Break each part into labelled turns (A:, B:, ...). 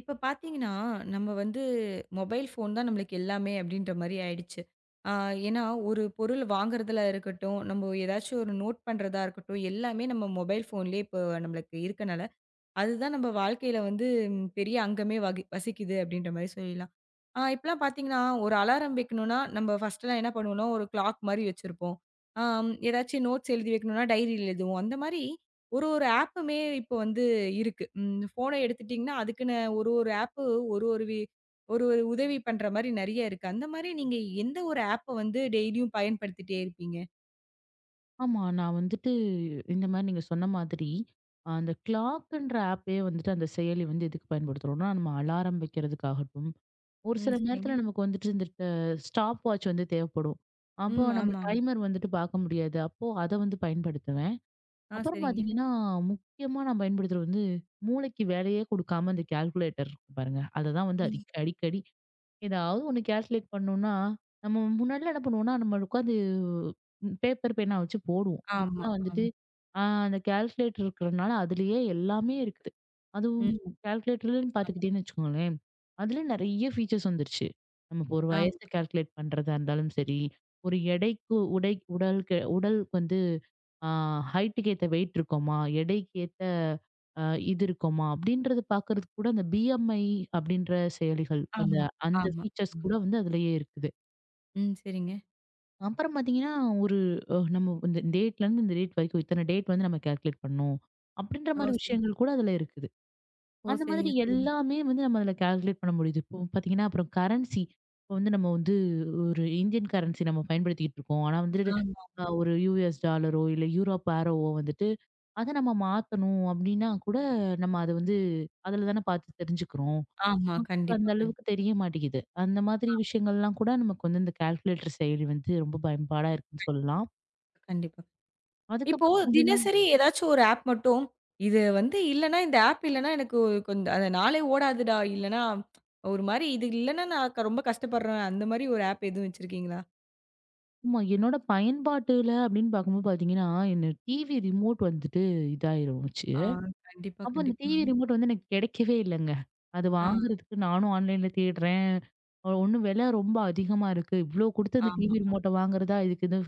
A: இப்ப பார்த்தீங்கன்னா, நம்ம வந்து மொபைல் ஃபோன் தான் நம்மளுக்கு எல்லாமே அப்டின்ற மாரி ஆயிடுச்சு. ஆ ஏன்னா, ஒரு பொருள் வாங்குறதுல இருக்கட்டும், நம்ம ஏதாச்சும் ஒரு நோட் பண்றதா இருக்கட்டும், எல்லாமே நம்ம மொபைல் ஃபோன்லேயே இப்போ நம்மளுக்கு இருக்கனால, அதுதான் நம்ம வாழ்க்கையில வந்து பெரிய அங்கமே வசிக்குது அப்டின்ற மாரி சொல்லலாம். இப்பலாம் பார்த்தீங்கன்னா, ஒரு அலாரம் வைக்கணும்னா, நம்ப ஃபர்ஸ்ட்லாம் என்ன பண்ணுவோம்னா, ஒரு கிளாக் மாரி வச்சிருப்போம். ஆம், ஏதாச்சும் நோட்ஸ் எழுதி வைக்கணும்னா, டைரியில எழுதுவோம். அந்த மாரி ஒரு ஒரு ஆப்புமே இப்போ வந்து இருக்கு. ஃபோன எடுத்துட்டீங்கன்னா, அதுக்குன்னு ஒரு ஒரு ஆப்பு ஒரு ஒரு வி ஒரு ஒரு உதவி பண்ற மாரி நெறைய இருக்கு. அந்த மாரி நீங்க எந்த ஒரு ஆப்ப வந்து டெய்லியும் பயன்படுத்திட்டே இருப்பீங்க?
B: ஆமா. நான் வந்துட்டு இந்த மாரி நீங்க சொன்ன மாதிரி, அந்த கிளாக்குன்ற ஆப்பே வந்துட்டு அந்த செயலி வந்து எதுக்கு பயன்படுத்துறோம்னா, நம்ம அலாரம் வைக்கிறதுக்காகட்டும், ஒரு
A: ம்,
B: சில
A: சரிங்க.
B: நேரத்துல நமக்கு வந்துட்டு இந்த ட ஸ்டாப் வாட்ச் வந்து தேவைப்படும். அப்போ
A: ம்,
B: நம்ம
A: ஆமா.
B: டைமர் வந்துட்டு பார்க்க முடியாது. அப்போ அத வந்து பயன்படுத்துவேன்.
A: ஆமா,
B: அப்புறம்
A: சரிங்க.
B: பார்த்தீங்கன்னா, முக்கியமா நான் பயன்படுத்துறது வந்து, மூளைக்கு வேலையே குடுக்காம அந்த கால்குலேட்டர் இருக்கு பாருங்க. அத தான் வந்து
A: ம்.
B: அடிக்கடி ஏதாவது ஒண்ணு கால்குலேட் பண்ணோம்னா, நம்ம முன்னாடிலாம் என்ன பண்ணுவோம்னா, நம்ம உட்காந்து பேப்பர், பேனா வச்சு போடுவோம்.
A: ஆமா,
B: இப்பலாம்
A: ஆமா.
B: வந்துட்டு அந்த கால்குலேட்டர் இருக்கிறனால அதுலயே எல்லாமே இருக்குது. அதுவும்
A: ம்,
B: கால்குலேட்டர்லன்னு
A: ஆமா,
B: பார்த்துக்கிட்டீங்கன்னு வச்சுக்கோங்களேன், அதுலயே நெறைய ஃபீச்சர்ஸ் வந்துருச்சு. நம்ம இப்போ ஒரு
A: ஆமா,
B: வயச கால்குலேட் பண்றதா இருந்தாலும் சரி, ஒரு எடைக்கு உடை உடலுக்கு உடலுக்கு வந்து ஆ ஹைட்டுக்கு ஏத்த வெயிட் இருக்கோமா? எடைக்கு ஏத்த அ இது இருக்கோமா? அப்படின்றத பார்க்கறதுக்கு கூட அந்த BMI அப்படின்ற செயலிகள் அந்த
A: ஆமா,
B: அந்த
A: ஆமா,
B: ஃபீச்சர்ஸ்
A: ஆமா.
B: கூட வந்து அதிலேயே இருக்குது.
A: ம், சரிங்க.
B: அப்புறம் பார்த்தீங்கன்னா, ஒரு அ நம்ம இந்த டேட்லருந்து இந்த டேட் வரைக்கும் இத்தன டேட் வந்து நம்ம கால்குலேட் பண்ணணும். அப்படின்ற
A: ஓ,
B: மாரி
A: சரி.
B: விஷயங்கள் கூட அதில இருக்குது.
A: ஓ,
B: அந்த மாதிரி
A: சரிங்க, சரிங்க.
B: எல்லாமே வந்து நம்ம அதில கால்குலேட் பண்ண முடியுது. இப்போ பார்த்தீங்கன்னா, அப்புறம் கரன்சி. இப்போ வந்து நம்ம ஒரு இந்தியன் கரன்சி நம்ம பயன்படுத்திக்கிட்டு இருக்கோம். ஆனா வந்துட்டு
A: ஆ.
B: ஒரு யுஎஸ் டாலரோ, இல்ல யூரோப் ஏரோவோ வந்துட்டு அத நம்ம மாத்தணும் அப்படின்னா கூட, நம்ம அத வந்து அதில தானே பார்த்து தெரிஞ்சுக்கிறோம்.
A: ஆமா.
B: நமக்கு
A: கண்டிப்பா,
B: அந்த அளவுக்கு தெரிய மாட்டேங்குது. அந்த மாதிரி விஷயங்கள்லாம் கூட நமக்கு வந்து இந்த கால்குலேட்டர் செயலி வந்து ரொம்ப பயன்பாடா இருக்குன்னு சொல்லலாம்.
A: கண்டிப்பா. இப்போ
B: அதுக்கப்புறம் பார்த்தீங்கன்னா
A: தினசரி ஏதாச்சும் ஒரு ஆப் மட்டும், இது வந்து இல்லன்னா, இந்த ஆப் இல்லன்னா எனக்கு கொஞ்ச அந்த நாளே ஓடாதுடா. இல்லன்னா, ஒரு மாரி இது இல்லன்னா நான் ரொம்ப கஷ்டப்படுறேன். அந்த மாரி ஒரு ஆப் எதுவும் வச்சிருக்கீங்களா?
B: ஆமா, என்னோட பயன்பாட்டுல அப்படின்னு பார்க்கும்போது பார்த்தீங்கன்னா, என்ன டிவி ரிமோட் வந்துட்டு இதாயிருச்சு.
A: ஆ கண்டிப்பா,
B: அப்போ அந்த
A: கண்டிப்பா.
B: டிவி ரிமோட் வந்து எனக்கு கிடைக்கவே இல்லங்க. அது
A: ஆ
B: வாங்குறதுக்கு நானும் ஆன்லைன்ல தேடுறேன். ஒண்ணு விலை ரொம்ப அதிகமா இருக்கு. இவ்ளோ குடுத்து அந்த
A: ஆமா.
B: டிவி ரிமோட்ட வாங்குறதா? இதுக்கு இது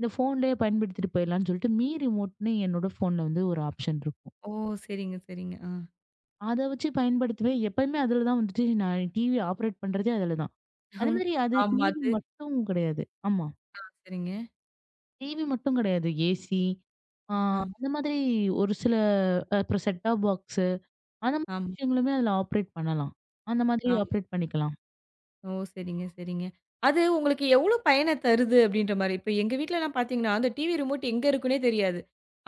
B: இந்த ஃபோன்லயே பயன்படுத்திட்டு போயிடலாம்ன்னு சொல்லிட்டு, மீ ரிமோட்ன்னு என்னோட ஃபோன்ல வந்து ஒரு ஆப்ஷன் இருக்கும்.
A: ஓ, சரிங்க, சரிங்க. ஆ.
B: அத வச்சு பயன்படுத்துவேன். எப்பயுமே அதுல தான் வந்துட்டு நான் டிவி ஆப்பரேட் பண்றதே அதுல தான். அதே மாரி அது
A: ஆமா,
B: டிவி
A: அது
B: மட்டும் கிடையாது. ஆமா.
A: சரிங்க.
B: டிவி மட்டும் கிடையாது. ஏசி, ஆ
A: ஆ
B: அந்த மாதிரி ஒரு சில அப்புறம் செட்டாப் பாக்ஸு அந்த மாதிரி
A: ஆமா.
B: விஷயங்களுமே அதுல ஆப்பரேட் பண்ணலாம். அந்த மாதிரி ஆப்பரேட் பண்ணிக்கலாம்.
A: ஓ, சரிங்க, சரிங்க. அது உங்களுக்கு எவ்ளோ பயன தருது அப்படின்ற மாரி. இப்ப எங்க வீட்லலாம் பார்த்தீங்கன்னா, அந்த டிவி ரிமோட் எங்க இருக்குன்னே தெரியாது.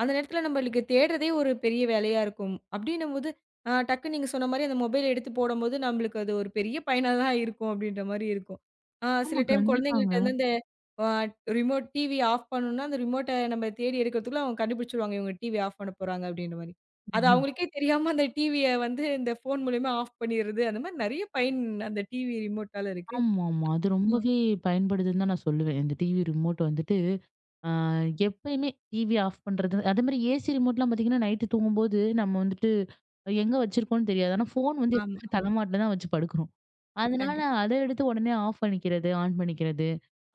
A: அந்த நேரத்துல நம்மளுக்கு தேடுறதே ஒரு பெரிய வேலையா இருக்கும். அப்படின்னும்போது, டக்குன்னு நீங்க சொன்ன மாரி அந்த மொபைல் எடுத்து போடும்போது, நம்மளுக்கு அது ஒரு பெரிய பயனா தான் இருக்கும் அப்படின்ற மாரி இருக்கும். சில
B: ஆமா,
A: டைம் குழந்தைங்கள்ட்ட
B: கண்டிப்பாங்க.
A: வந்து அந்த அ ரிமோட் டிவி ஆஃப் பண்ணணும்னா, அந்த ரிமோட்ட நம்ம தேடி எடுக்கிறதுக்குள்ள அவங்க கண்டுபிடிச்சுருவாங்க, இவங்க டிவி ஆஃப் பண்ண போறாங்க அப்படின்ற மாரி. அது
B: ம்.
A: அவங்களுக்கே தெரியாம அந்த டிவிய வந்து இந்த ஃபோன் மூலியமா ஆஃப் பண்ணிறது. அந்த மாரி நெறைய பயன் அந்த டிவி ரிமோட்டால இருக்கு.
B: ஆமாமா. அது
A: ஆ.
B: ரொம்பவே பயன்படுதுன்னு தான் நான் சொல்லுவேன். இந்த டிவி ரிமோட் வந்துட்டு. ஆ எப்பயுமே டிவி ஆஃப் பண்றது. அதேமாரி ஏசி ரிமோட்லாம் பார்த்தீங்கன்னா, நைட்டு தூங்கும்போது நம்ம வந்துட்டு எங்க வச்சிருக்கோம்னு தெரியாது. ஆனா ஃபோன் வந்து
A: ஆமா,
B: எப்பவுமே
A: ஆமா.
B: தலைமாட்டுல தான் வச்சு படுக்குறோம். அதனால
A: கண்டிப்பா.
B: அத எடுத்து உடனே ஆஃப் பண்ணிக்கிறது, ஆன் பண்ணிக்கிறது.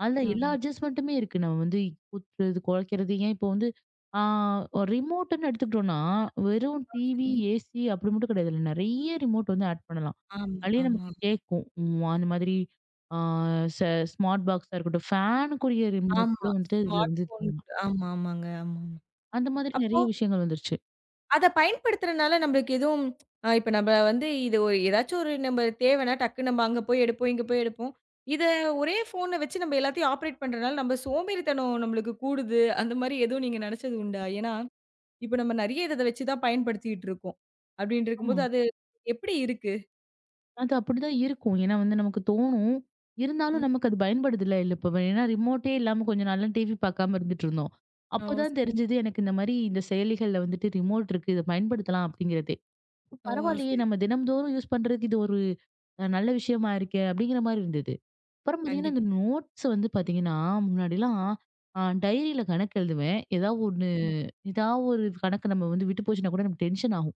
B: அதுல எல்லா
A: ஆமா.
B: அட்ஜஸ்ட்மென்ட்டுமே இருக்கு. நம்ம வந்து குத்துறது, குலைக்கிறது ஏன் இப்போ வந்து ஆ ஒரு ரிமோட்டுன்னு எடுத்துக்கிட்டோம்னா, வெறும் டிவி,
A: சரிங்க.
B: ஏசி அப்படி மட்டும் கிடையாது. இதுல நெறைய ரிமோட் வந்து ஆட் பண்ணலாம்.
A: ஆமா,
B: அதுலயே
A: ஆமா.
B: நமக்கு கேட்கும். அந்த மாதிரி ஆ ச ஸ்மார்ட் பாக்ஸா இருக்கட்டும், ஃபேனுக்குரிய ரிமோட்
A: ஆமா.
B: கூட
A: ம்.
B: வந்துட்டு இதுல
A: ஸ்மார்ட்
B: வந்து இது
A: ஃபோன்
B: பண்ணலாம்.
A: கூட ஆமா, ஆமாங்க. ஆமா, ஆமா.
B: அந்த மாதிரி
A: அப்போ
B: நெறைய விஷயங்கள் வந்துருச்சு.
A: அத பயன்படுத்துறனால நம்மளுக்கு எதுவும் இப்ப நம்ம வந்து இது ஒரு ஏதாச்சும் ஒரு நம்ம தேவைன்னா டக்குனு நம்ம அங்க போய் எடுப்போம், இங்க போய் எடுப்போம். இத ஒரே ஃபோன வச்சு நம்ம எல்லாத்தையும் ஆப்பரேட் பண்றனால நம்ம சோம்பேறித்தனம் நம்மளுக்கு கூடுது. அந்த மாரி எதுவும் நீங்க நெனச்சது உண்டா? ஏன்னா இப்ப நம்ம நெறைய இத வச்சு தான் பயன்படுத்திட்டு இருக்கோம். அப்டின்னு
B: ஆமா.
A: இருக்கும்போது, அது எப்படி இருக்கு?
B: அது அப்படிதான் இருக்கும். ஏன்னா வந்து நமக்கு தோணும்.
A: ம்.
B: இருந்தாலும் நமக்கு அது பயன்படுதுல்ல. இல்ல இல்ல இப்ப ஏன்னா ரிமோட்டே இல்லாம கொஞ்ச நாள்லாம் டிவி பார்க்காம இருந்துட்டு இருந்தோம்.
A: ஓ,
B: அப்போதான்
A: சரிங்க.
B: தெரிஞ்சது எனக்கு இந்த மாரி இந்த செயலிகள்ல வந்துட்டு ரிமோட் இருக்கு. இத பயன்படுத்தலாம் அப்படிங்கிறதே.
A: ஓ,
B: பரவாயில்லையே
A: சரிங்க.
B: நம்ம தினம்தோறும் யூஸ் பண்றதுக்கு இது ஒரு நல்ல விஷயமா இருக்கே அப்படிங்கிற மாரி இருந்தது. அப்புறம் பார்த்தீங்கன்னா, இந்த
A: கண்டிப்பா.
B: நோட்ஸ் வந்து பார்த்தீங்கன்னா, முன்னாடிலாம் டைரியில கணக்கு எழுதுவேன். ஏதாவது ஒண்ணு
A: ம்.
B: ஏதாவது ஒரு கணக்கு நம்ம வந்து விட்டு போச்சுன்னா கூட நமக்கு டென்ஷன் ஆகும்.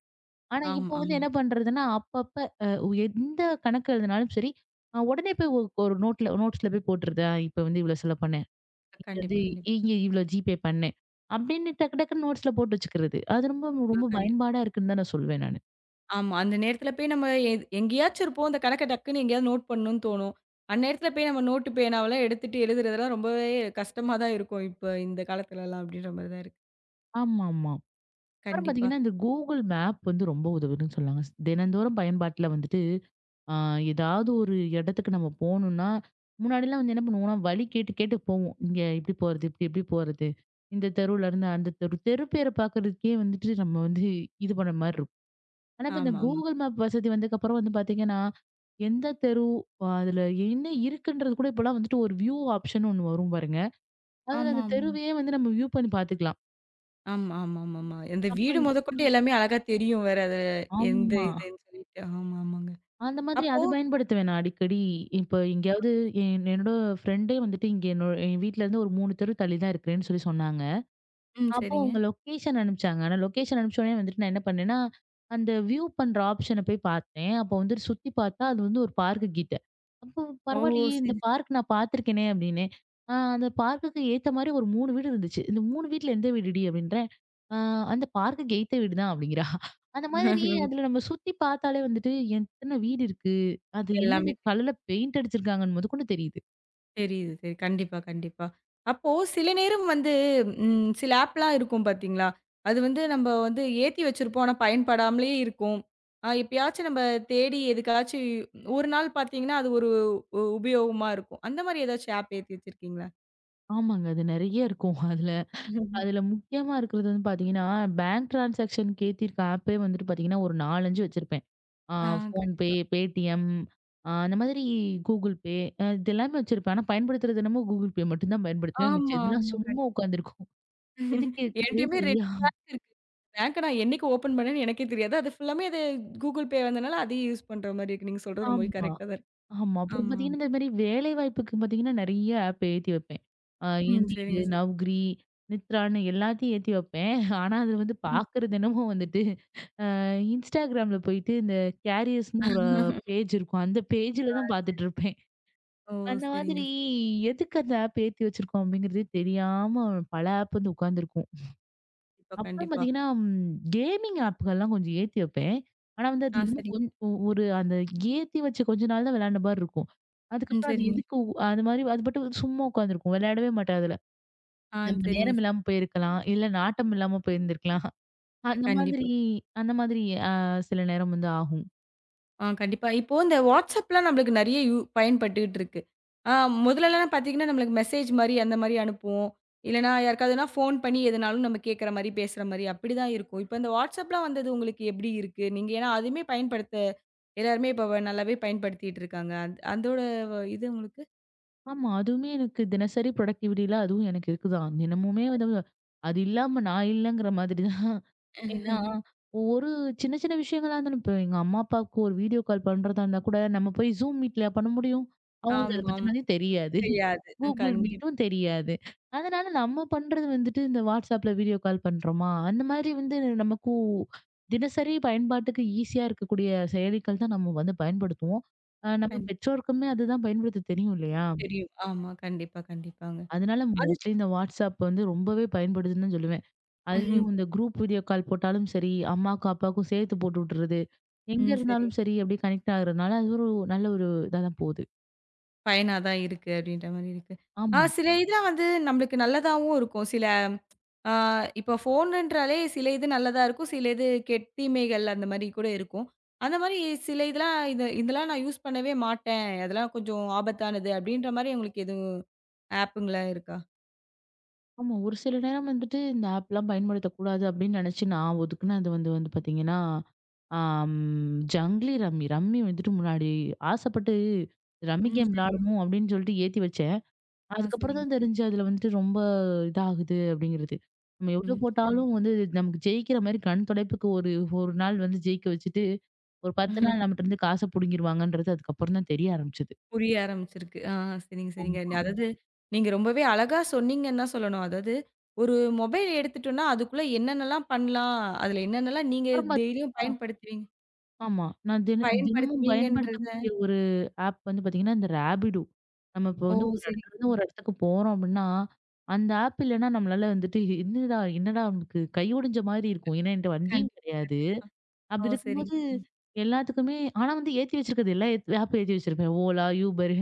B: ஆனா,
A: ஆமா,
B: இப்போ வந்து
A: ஆமா.
B: என்ன பண்றதுன்னா, அப்பப்ப அ எந்த கணக்கு எழுதுனாலும் சரி, உடனே போய் ஒரு நோட்ல நோட்ஸ்ல போய் போட்டுறது. இப்ப வந்து இவ்வளோ செலவு பண்ணேன். இங்க வந்து
A: கண்டிப்பா, கண்டிப்பா.
B: இங்க இவ்வளோ ஜிபே பண்ணேன். அப்படின்னு டக்கு டக்குன்னு நோட்ஸ்ல போட்டு வச்சுக்கிறது. அது ரொம்ப ரொம்ப
A: கண்டிப்பா.
B: பயன்பாடா இருக்குன்னு தான் நான் சொல்வேன் நானு.
A: ஆமா. அந்த நேரத்துல போய் நம்ம எங்கேயாச்சும் இருப்போம். அந்த கணக்க டக்குன்னு எங்கேயாவது நோட் பண்ணணும்னு தோணும். அந்நேரத்துல போய் நம்ம நோட்டு பேனாவெல்லாம் எடுத்துட்டு எழுதுறதெல்லாம் ரொம்பவே கஷ்டமா தான் இருக்கும். இப்ப இந்த காலத்துலலாம் அப்டின்ற மாரி தான் இருக்கு.
B: ஆமாமா. அப்புறம்
A: கண்டிப்பா.
B: பார்த்தீங்கன்னா, இந்த Google மேப் வந்து ரொம்ப உதவுதுன்னு சொல்லாங்க. தினந்தோறும் பயன்பாட்டுல வந்துட்டு ஆ ஏதாவது ஒரு இடத்துக்கு நம்ம போணும்னா, முன்னாடிலாம் வந்து என்ன பண்ணுவோம்னா, வழி கேட்டு கேட்டு போவோம். இங்க எப்படி போறது? இப்படி எப்படி போறது? இந்த தெருவுல இருந்து அந்த தெரு, தெரு பேர பார்க்கறதுக்கே வந்துட்டு நம்ம வந்து இது பண்ண மாரி இருக்கும். ஆனா, இப்ப இந்த
A: ஆமாமா.
B: Google மேப் வசதி வந்ததுக்கப்புறம் வந்து பார்த்தீங்கன்னா, எந்த தெரு, அதுல என்ன இருக்குன்றது கூட இப்பலாம் வந்துட்டு ஒரு வியூ ஆப்ஷன் ஒண்ணு வரும் பாருங்க. அதுல அந்த
A: ஆமாமா.
B: தெருவையே வந்து நம்ம வியூ பண்ணி பார்த்துக்கலாம்.
A: ஆமா, ஆமா. ஆமா, ஆமாமாமா. இந்த
B: அப்ப
A: வீடு மொதக்கொண்டு எல்லாமே அழகா தெரியும் வேற. அது எந்த
B: ஆமா.
A: இதுன்னு சொல்லிட்டு. ஆமா, ஆமாங்க.
B: அந்த மாதிரி
A: அப்போ
B: அது பயன்படுத்துவேன் நான் அடிக்கடி. இப்ப எங்கேயாவது என்னோட ஃப்ரெண்டே வந்துட்டு இங்க என் வீட்ல இருந்து ஒரு 3 தெரு தள்ளி தான் இருக்கிறேன்னு சொன்னாங்க.
A: ம்,
B: அப்போ
A: சரிங்க.
B: அவங்க லொகேஷன் அனுப்பிச்சாங்க. ஆனா லொகேஷன் அனுப்பிச்ச உடனே வந்துட்டு நான் என்ன பண்ணேன்னா, அந்த வியூ பண்ற ஆப்ஷன போய் பார்த்தேன். அப்போ வந்துட்டு சுத்தி பார்த்தா அது வந்து ஒரு பார்க்கு கிட்ட. அப்போ ம்.
A: ஓ,
B: பரவாயில்லையே!
A: சரி.
B: இந்த பார்க் நான் பார்த்துருக்கேனே! அப்டின்னேன். அந்த பார்க்குக்கு ஏத்த மாரி ஒரு 3 வீடு இருந்துச்சு. இந்த 3 வீட்ல எந்த வீடுடி? அப்டின்ற ஆ அந்த பார்க்க கெய்த்த வீடு தான் அப்படிங்கிறா. அந்த மாதிரி அதுல நம்ம சுத்தி பார்த்தாலே வந்துட்டு எத்தன வீடு இருக்கு? அது
A: எல்லாமே
B: என்னென்ன
A: தெரியும்.
B: கலர்ல பெயிண்ட் அடிச்சிருக்காங்கன்னு முதற்கொண்டு தெரியுது.
A: தெரியுது. சரி. கண்டிப்பா, கண்டிப்பா. அப்போ சில நேரம் வந்து சில ஆப்லாம் இருக்கும் பார்த்தீங்களா? அது வந்து நம்ம வந்து ஏத்தி வச்சிருப்போம். ஆனா பயன்படாமலே இருக்கும். எப்பயாச்சும் நம்ம தேடி எதுக்காச்சும் ஒரு நாள் பார்த்தீங்கன்னா, அது ஒரு உபயோகமா இருக்கும். அந்த மாரி ஏதாச்சும் ஆப் ஏத்தி வச்சிருக்கீங்களா?
B: ஆமாங்க. அது நெறைய இருக்கும் அதுல. அதுல முக்கியமா இருக்கிறது வந்து பார்த்தீங்கன்னா, பேங்க் டிரான்சாக்ஷனுக்கு ஏத்தியிருக்க ஆப்பே வந்துட்டு பார்த்தீங்கன்னா, ஒரு 4, 5 வச்சிருப்பேன். ஆ
A: ஆ
B: ஃபோன்பே,
A: கண்டிப்பா.
B: பேடிஎம் அந்த மாதிரி கூகுள் பே இது எல்லாமே வச்சிருப்பேன். ஆனா பயன்படுத்துறது என்னமோ கூகுள் பே மட்டும் தான் பயன்படுத்துவேன்.
A: ஆமா,
B: மிச்சம் எல்லாம்
A: ஆமா.
B: சும்மா
A: கண்டிப்பா.
B: உட்காந்துருக்கும். எதுக்கு இருக்குதுன்னே
A: என்ட்டயுமே இருக்கு.
B: தெரியா
A: பேங்க்க நான் என்னைக்கு ஓப்பன் பண்ணேன்னு எனக்கே தெரியாது. அது ஃபுல்லாமே அது Google Pay வந்தனால அதையே யூஸ் பண்ற மாரி இருக்கு. நீங்க சொல்றது ரொம்பவே
B: ஆமா.
A: கரெக்ட்டா தான் இருக்கு.
B: ஆமா. அப்புறம்
A: ஆமா.
B: பார்த்தீங்கன்னா, இந்த மாரி வேலைவாய்ப்புக்கு பார்த்தீங்கன்னா, நெறைய ஆப் ஏத்தி வைப்பேன்.
A: ம்,
B: Indeed,
A: சரிங்க சார்.
B: Naukri, Myntraன்னு எல்லாத்தையும் ஏத்தி வைப்பேன். ஆனா, அது வந்து
A: ம்.
B: பார்க்குறது என்னமோ வந்துட்டு, அ Instagramல போயிட்டு இந்த கேரியர்ஸ்ன்னு ஒரு பேஜ் இருக்கும். அந்த பேஜ்ல
A: ஆ.
B: தான் பார்த்துட்டுருப்பேன்.
A: ஓ,
B: அந்த
A: சரிங்க
B: மாதிரி
A: சார்.
B: எதுக்கு அந்த ஆப் ஏத்தி வச்சிருக்கோம்? அப்படிங்கிறதே தெரியாம பல ஆப் வந்து உட்காந்துருக்கும்.
A: கண்டிப்பா,
B: அப்புறம்
A: கண்டிப்பா.
B: பார்த்தீங்கன்னா, கேமிங் ஆப்புகள்லாம் கொஞ்சம் ஏத்தி வைப்பேன். ஆனா வந்து அது என்னமோ
A: சரிங்க.
B: கொஞ் ஒரு அந்த ஏத்தி வச்ச கொஞ்ச நாள் தான் விளையாண்ட மாரி இருக்கும்.
A: ம்,
B: அதுக்கப்புறம் அது
A: சரிங்க.
B: அது மாரி அது பாட்டுக்கு சும்மா உட்காந்துருக்கும். விளையாடவே மாட்டேன் அதுல. நம்ம
A: சரிங்க
B: நேரம்
A: சார்.
B: இல்லாம போயிருக்கலாம். இல்ல நாட்டம் இல்லாம போயிருந்திருக்கலாம். அந்த மாதிரி
A: கண்டிப்பா.
B: அந்த மாதிரி அ சில நேரம் வந்து ஆகும்.
A: கண்டிப்பா. இப்போ இந்த WhatsAppலாம் நம்மளுக்கு நெறைய பயன்பட்டுட்டு இருக்கு. ஆ முதல்லலாம் பார்த்தீங்கன்னா, நம்மளுக்கு மெசேஜ் மாரி அந்த மாரி அனுப்புவோம். இல்லன்னா யாருக்காவதுனா ஃபோன் பண்ணி எதுனாலும் நம்ம கேட்கற மாரி, பேசுற மாரி அப்படிதான் இருக்கும். இப்ப இந்த WhatsAppலாம் வந்தது உங்களுக்கு எப்படி இருக்கு? நீங்க ஏன்னா அதுவுமே பயன்படுத்த எல்லாருமே இப்ப நல்லாவே பயன்படுத்திட்டு இருக்காங்க. அதோட இது உங்களுக்கு?
B: ஆமா, அதுவுமே எனக்கு தினசரி ப்ரொடக்டிவிட்டில அதுவும் எனக்கு இருக்குதான். தினமுமே வந்து அது இல்லாம நான் இல்லங்கிற மாதிரி தான். ஏன்னா, ஒரு சின்ன சின்ன விஷயங்களா இருந்தாலும், இப்ப எங்க அம்மா, அப்பாவுக்கு ஒரு வீடியோ கால் பண்றதா இருந்தா கூட, நம்ம போய் Zoom Meetலயா பண்ண முடியும்? அவங்களுக்கு அத
A: ஆமாம்.
B: பத்தினதே தெரியாது.
A: தெரியாது.
B: Google Meetடும் தெரியாது. அதனால நம்ம பண்றது வந்துட்டு, இந்த WhatsAppல வீடியோ கால் பண்றோமா? அந்த மாதிரி வந்து நமக்கு தினசரி பயன்பாட்டுக்கு ஈஸியா இருக்கக்கூடிய செயலிகள் தான் நம்ம வந்து பயன்படுத்துவோம். நம்ம
A: கண்
B: பெற்றோருக்குமே அதுதான் பயன்படுத்த தெரியும் இல்லையா?
A: தெரியும். ஆமா. கண்டிப்பா, கண்டிப்பாங்க.
B: அதனால
A: அது
B: மோஸ்ட்லி இந்த WhatsApp வந்து ரொம்பவே பயன்படுதுன்னு தான் சொல்லுவேன்.
A: ம்ஹும்.
B: அதுலயும் இந்த குரூப் வீடியோ கால் போட்டாலும் சரி, அம்மாக்கும், அப்பாவுக்கும் சேர்த்து போட்டு விட்டுறது. எங்க
A: ம், சரிங்க.
B: இருந்தாலும் சரி அப்படியே கனெக்ட் ஆகுறதுனால, அது ஒரு நல்ல ஒரு இதா தான் போகுது.
A: பயனா தான் இருக்கு அப்படின்ற மாரி இருக்கு.
B: ஆமா.
A: சில இதெல்லாம் வந்து நம்மளுக்கு நல்லதாவும் இருக்கும். சில ஆ இப்ப ஃபோனுன்றாலே சில இது நல்லதா இருக்கும். சில இது தீமைகள் அந்த மாரி கூட இருக்கும். அந்த மாரி சில இதெல்லாம் இது இதெல்லாம் நான் யூஸ் பண்ணவே மாட்டேன். அதெல்லாம் கொஞ்சம் ஆபத்தானது அப்படின்ற மாரி உங்களுக்கு எதுவும் ஆப்புங்களா இருக்கா?
B: ஆமா. ஒரு சில நேரம் வந்துட்டு இந்த ஆப்லாம் பயன்படுத்தக்கூடாது அப்படின்னு நினைச்சு நான் ஒதுக்குனது வந்து வந்து பார்த்தீங்கன்னா, ஆம் ஜங்லி ரம்மி. ரம்மி வந்துட்டு முன்னாடி ஆசைப்பட்டு ரம்மி
A: ம்,
B: கேம்
A: சரிங்க.
B: விளையாடணும் அப்படின்னு சொல்லிட்டு ஏத்தி வச்சேன். அதுக்கப்புறம்
A: சரிங்க.
B: தான் தெரிஞ்சு அதுல வந்துட்டு ரொம்ப இதாகுது அப்படிங்கிறது. நம்ம எவ்வளோ
A: ம், சரிங்க.
B: போட்டாலும் வந்து நமக்கு ஜெயிக்கிற மாரி கண் தொடைப்புக்கு ஒரு ஒரு நாள் வந்து ஜெயிக்க வச்சுட்டு ஒரு 10 நாள் நம்மட்டருந்து காச புடுங்கிருவாங்கன்றது அதுக்கப்புறம் தான் தெரிய ஆரம்பிச்சது.
A: புரிய ஆரம்பிச்சிருக்கு. சரிங்க, சரிங்க.
B: ஆமா.
A: அதாவது நீங்க ரொம்பவே அழகா சொன்னீங்கன்னு தான் சொல்லணும். அதாவது ஒரு மொபைல் எடுத்துட்டோம்னா, அதுக்குள்ள என்னென்னலாம் பண்ணலாம்? அதுல என்னென்னலாம் நீங்க
B: அப்புறம் பாத்தீங்
A: டெய்லியும் பயன்படுத்துவீங்க
B: ஆமா. நான் தினமும்
A: பயன்படுத்துவீங்கன்றத
B: பயன்படுத்தக்கூடிய ஒரு ஆப் வந்து பாத்தீங்கன்னா, இந்த ராபிடோ. நம்ம இப்போ
A: ஓ,
B: வந்து ஒரு
A: சரிங்க,
B: இடத்துலருந்து
A: சரிங்க.
B: ஒரு இடத்துக்கு போறோம் அப்டின்னா, அந்த ஆப் இல்லன்னா நம்மளால வந்துட்டு என்னடா என்னடா நமக்கு கை ஒடஞ்ச மாரி இருக்கும். ஏன்னா என்ட்ட வண்டியும்
A: கண்டிப்பா,
B: கிடையாது.
A: கண்டிப்பா.
B: அப்படி
A: ஓ, சரிங்க,
B: இருக்கும்போது
A: சரிங்க.
B: எல்லாத்துக்குமே ஆனா வந்து ஏத்தி வச்சிருக்கிறது எல்லா ஆப் ஏத்தி வச்சிருப்பேன். ஓலா, யூபர்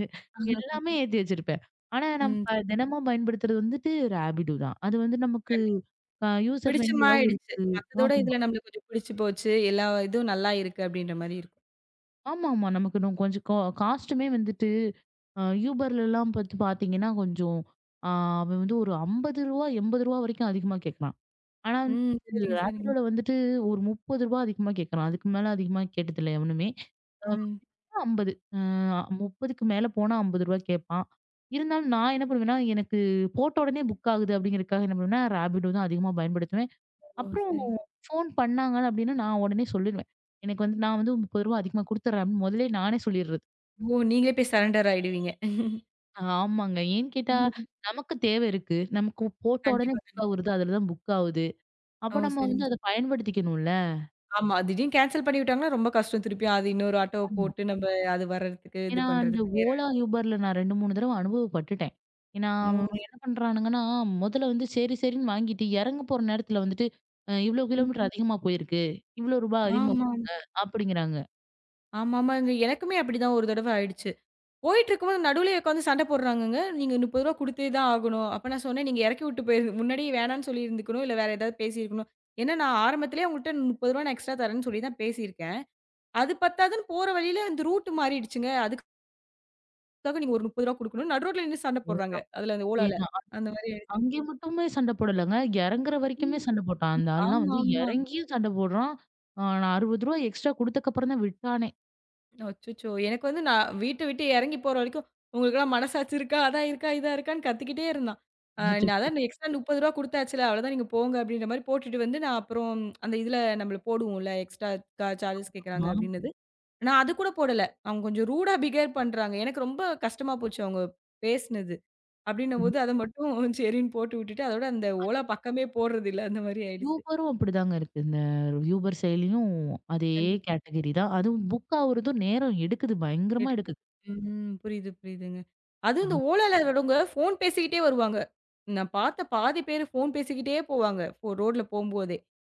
B: எல்லாமே ஏத்தி வச்சிருப்பேன். ஆனா நம்ம
A: ம், சரிங்க.
B: தினமும் பயன்படுத்துறது வந்துட்டு ராபிடோ தான். அது வந்து நமக்கு
A: கண்டிப்பா.
B: யூசர் ஃப்ரெண்ட்லியாவும்
A: பிடிச்சமாயிடுச்சு. மத்ததோட
B: ஆமா.
A: இதுல நம்மளுக்கு கொஞ்சம் பிடிச்சு போச்சு. எல்லா இதுவும் நல்லா இருக்கு அப்படின்ற மாரி இருக்கும்.
B: ஆமாமா. நமக்கு இன்னும் கொஞ்சம் காஸ்ட்டுமே வந்துட்டு யூபர்லலாம் பாத்தீங்கன்னா, கொஞ்சம் அ அவன் வந்து ஒரு ரூ. 50 ரூ. 80 வரைக்கும் அதிகமா கேட்கறான். ஆனா
A: ம்,
B: வந்து
A: சரிங்க, சரிங்க.
B: ராபிடோல வந்துட்டு ஒரு ரூ. 30 அதிகமா கேட்கறான். அதுக்கு மேல அதிகமா கேட்டதில்ல எவனுமே.
A: ம்.
B: 50. 30க்கு மேல போனா ரூ. 50 கேட்பான். இருந்தாலும் நான் என்ன பண்ணுவேன்னா, எனக்கு போட்ட உடனே புக் ஆகுது அப்படிங்கிறதுக்காக என்ன பண்ணுவேன்னா, ரேபிடோ தான் அதிகமா பயன்படுத்துவேன்.
A: ஓ,
B: அப்புறம்
A: சரிங்க.
B: ஃபோன் பண்ணாங்க அப்படின்னா, நான் உடனே சொல்லிருவேன். எனக்கு வந்து நான் வந்து ரூ. 30 அதிகமா குடுத்துடுறேன் அப்படின்னு முதல்லயே நானே சொல்லிடுறது.
A: ஓ, நீங்களே போய் சரண்டர் ஆயிடுவீங்க.
B: ஆமாங்க. ஏன்னு கேட்டா, நமக்கு தேவை இருக்கு. நமக்கு போட்ட உடனே
A: கண்டிப்பா,
B: புக்
A: கண்டிப்பா.
B: ஆகுறது, அதுல தான் புக் ஆகுது.
A: ஓ,
B: அப்ப நம்ம
A: சரிங்க.
B: வந்து அத பயன்படுத்திக்கணும்ல.
A: ஆமா. திடீர்னு கேன்சல் பண்ணி விட்டாங்கன்னா, ரொம்ப கஷ்டம். திருப்பியும் அது இன்னொரு ஆட்டோவ போட்டு நம்ம அது வர்றதுக்கு, இது
B: ஏன்னா, அந்த
A: பண்றதுக்கு நேரம்
B: ஓலா,
A: ஆயிடும்.
B: யூபர்ல நான் 2, 3 தடவ அனுபவப்பட்டுட்டேன். ஏன்னா,
A: ஓ,
B: அவங்க
A: சரி.
B: என்ன பண்றானுங்கன்னா, முதல்ல வந்து சரி, சரின்னு வாங்கிட்டு இறங்க போற நேரத்துல வந்துட்டு, இவ்ளோ
A: ம்.
B: கிலோமீட்டர் அதிகமா போயிருக்கு. இவ்ளோ ரூபா அதிகமா
A: ஆமா.
B: கொடுங்க அப்படிங்கிறாங்க.
A: ஆமாமாங்க. எனக்குமே அப்படிதான் ஒரு தடவ ஆயிடுச்சு. போயிட்டுருக்கும்போது நடுவுலயே உட்காந்து சண்டை போடுறாங்கங்க. "நீங்க ரூ. 30 குடுத்தே தான் ஆகணும்." அப்ப நான் சொன்னேன், "நீங்க இறக்கி விட்டு போயிரு முன்னாடியே வேணான்னு சொல்லியிருந்துக்கணும். இல்ல வேற ஏதாவது பேசியிருக்கணும். ஏன்னா நான் ஆரம்பத்திலேயே உங்கள்ட்ட ரூ. 30 நான் எக்ஸ்ட்ரா தரேன்னு சொல்லி தான் பேசியிருக்கேன். அது பத்தாதுன்னு போற வழியில அந்த ரூட் மாறிடுச்சுங்க. அதுக்காக நீங்க ஒரு ரூ. 30 குடுக்கணும்." நடு ரோட்ல நின்னு சண்டை
B: ம்.
A: போடுறாங்க. அதுல அந்த ஓலால.
B: அதேதான்.
A: அந்த மாரி
B: அங்கே மட்டுமே சண்டை போடலங்க. இறங்குற வரைக்குமே சண்டை போட்டான்.
A: ம்.
B: அந்த ஆள்லாம்
A: ஆமா,
B: வந்து
A: ஆமா.
B: இறங்கியும் சண்டை போடுறான். நான் ரூ. 60 எக்ஸ்ட்ரா குடுத்தக்கப்புறம் தான் விட்டானே.
A: அச்சச்சோ! எனக்கு வந்து நான் வீட்ட விட்டு இறங்கி போற வரைக்கும், "உங்களுக்கெல்லாம் மனசாட்சி இருக்கா? அதான் இருக்கா? இதா இருக்கான்னு?" கத்திக்கிட்டே இருந்தான். நான்
B: அச்சச்சோ!
A: அதான் எக்ஸ்ட்ரா ரூ. 30 குடுத்தாச்சுல, அவ்வளோதான் நீங்க போங்க அப்படின்ற மாரி போட்டுட்டு வந்து, நான் அப்புறம் அந்த இதுல நம்மள போடுவோம்ல, எக்ஸ்ட்ரா சார்ஜஸ் கேட்கறாங்க
B: ஆமா.
A: அப்படின்னது. நான் அது கூட போடல. அவங்க கொஞ்சம் ரூடா பிஹேவ் பண்றாங்க. எனக்கு ரொம்ப கஷ்டமா போச்சு அவங்க பேசினது. அப்படின்னும்போது, அத மட்டும் சரின்னு போட்டு விட்டுட்டு, அதோட அந்த ஓலா பக்கமே போடுறதில்ல. அந்த மாரி ஆயிடுச்சு.
B: யூபரும் அப்படிதாங்க இருக்கு. இந்த யூபர் செயலியும் அதே
A: கண்டிப்பா.
B: கேட்டகரி தான். அதுவும் புக் ஆவுறதும் நேரம் எடுக்குது. பயங்கரமா
A: எடுக்கு.
B: எடுக்குது.
A: ம். புரியுது, புரியுதுங்க. அதுவும்
B: ஆ,
A: இந்த ஓலால வரவங்க ஃபோன் பேசிக்கிட்டே வருவாங்க. நான் பார்த்த பாதி பேரு ஃபோன் பேசிக்கிட்டே போவாங்க. இப்போ ரோட்ல போம்போதே.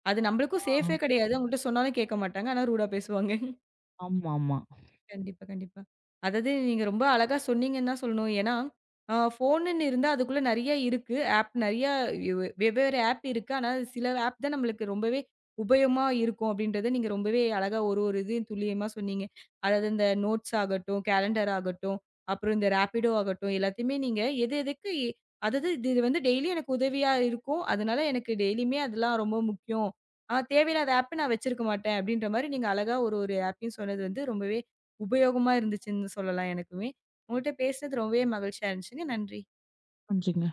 A: அது நம்மளுக்கும் சேஃபே கிடையாது. அவங்கள்ட்ட சொன்னாலும் கேட்க மாட்டாங்க. ஆனா ரூடா பேசுவாங்க.
B: ஆமா, ஆமா.
A: கண்டிப்பா, கண்டிப்பா. அதாவது நீங்க ரொம்ப அழகா சொன்னீங்கன்னு தான் சொல்லணும். ஏன்னா, ஃபோனுன்னு இருந்தா அதுக்குள்ள நெறைய இருக்கு. ஆப் நெறைய வெவ்வேறு ஆப் இருக்கு. ஆனா, அது சில ஆப் தான் நம்மளுக்கு ரொம்பவே உபயோகமா இருக்கும் அப்படின்றத நீங்க ரொம்பவே அழகா ஒரு ஒரு இதையும் துல்லியமா சொன்னீங்க. அதாவது இந்த நோட்ஸ் ஆகட்டும், கேலண்டர் ஆகட்டும், அப்புறம் இந்த ரேப்பிடோ ஆகட்டும், எல்லாத்தையுமே நீங்க எது எதுக்கு அதாவது இது இது வந்து டெய்லி எனக்கு உதவியா இருக்கும். அதனால எனக்கு டெய்லியுமே அதெல்லாம் ரொம்ப முக்கியம். தேவையில்லாத ஆப் நான் வச்சிருக்க மாட்டேன் அப்படின்ற மாரி நீங்க அழகா ஒரு ஒரு ஆப்பையும் சொன்னது வந்து ரொம்பவே உபயோகமா இருந்துச்சுன்னு சொல்லலாம் எனக்குமே. உங்கள்ட்ட பேசினது ரொம்பவே மகிழ்ச்சியா இருந்துச்சுங்க. நன்றி.
B: பண்றீங்க?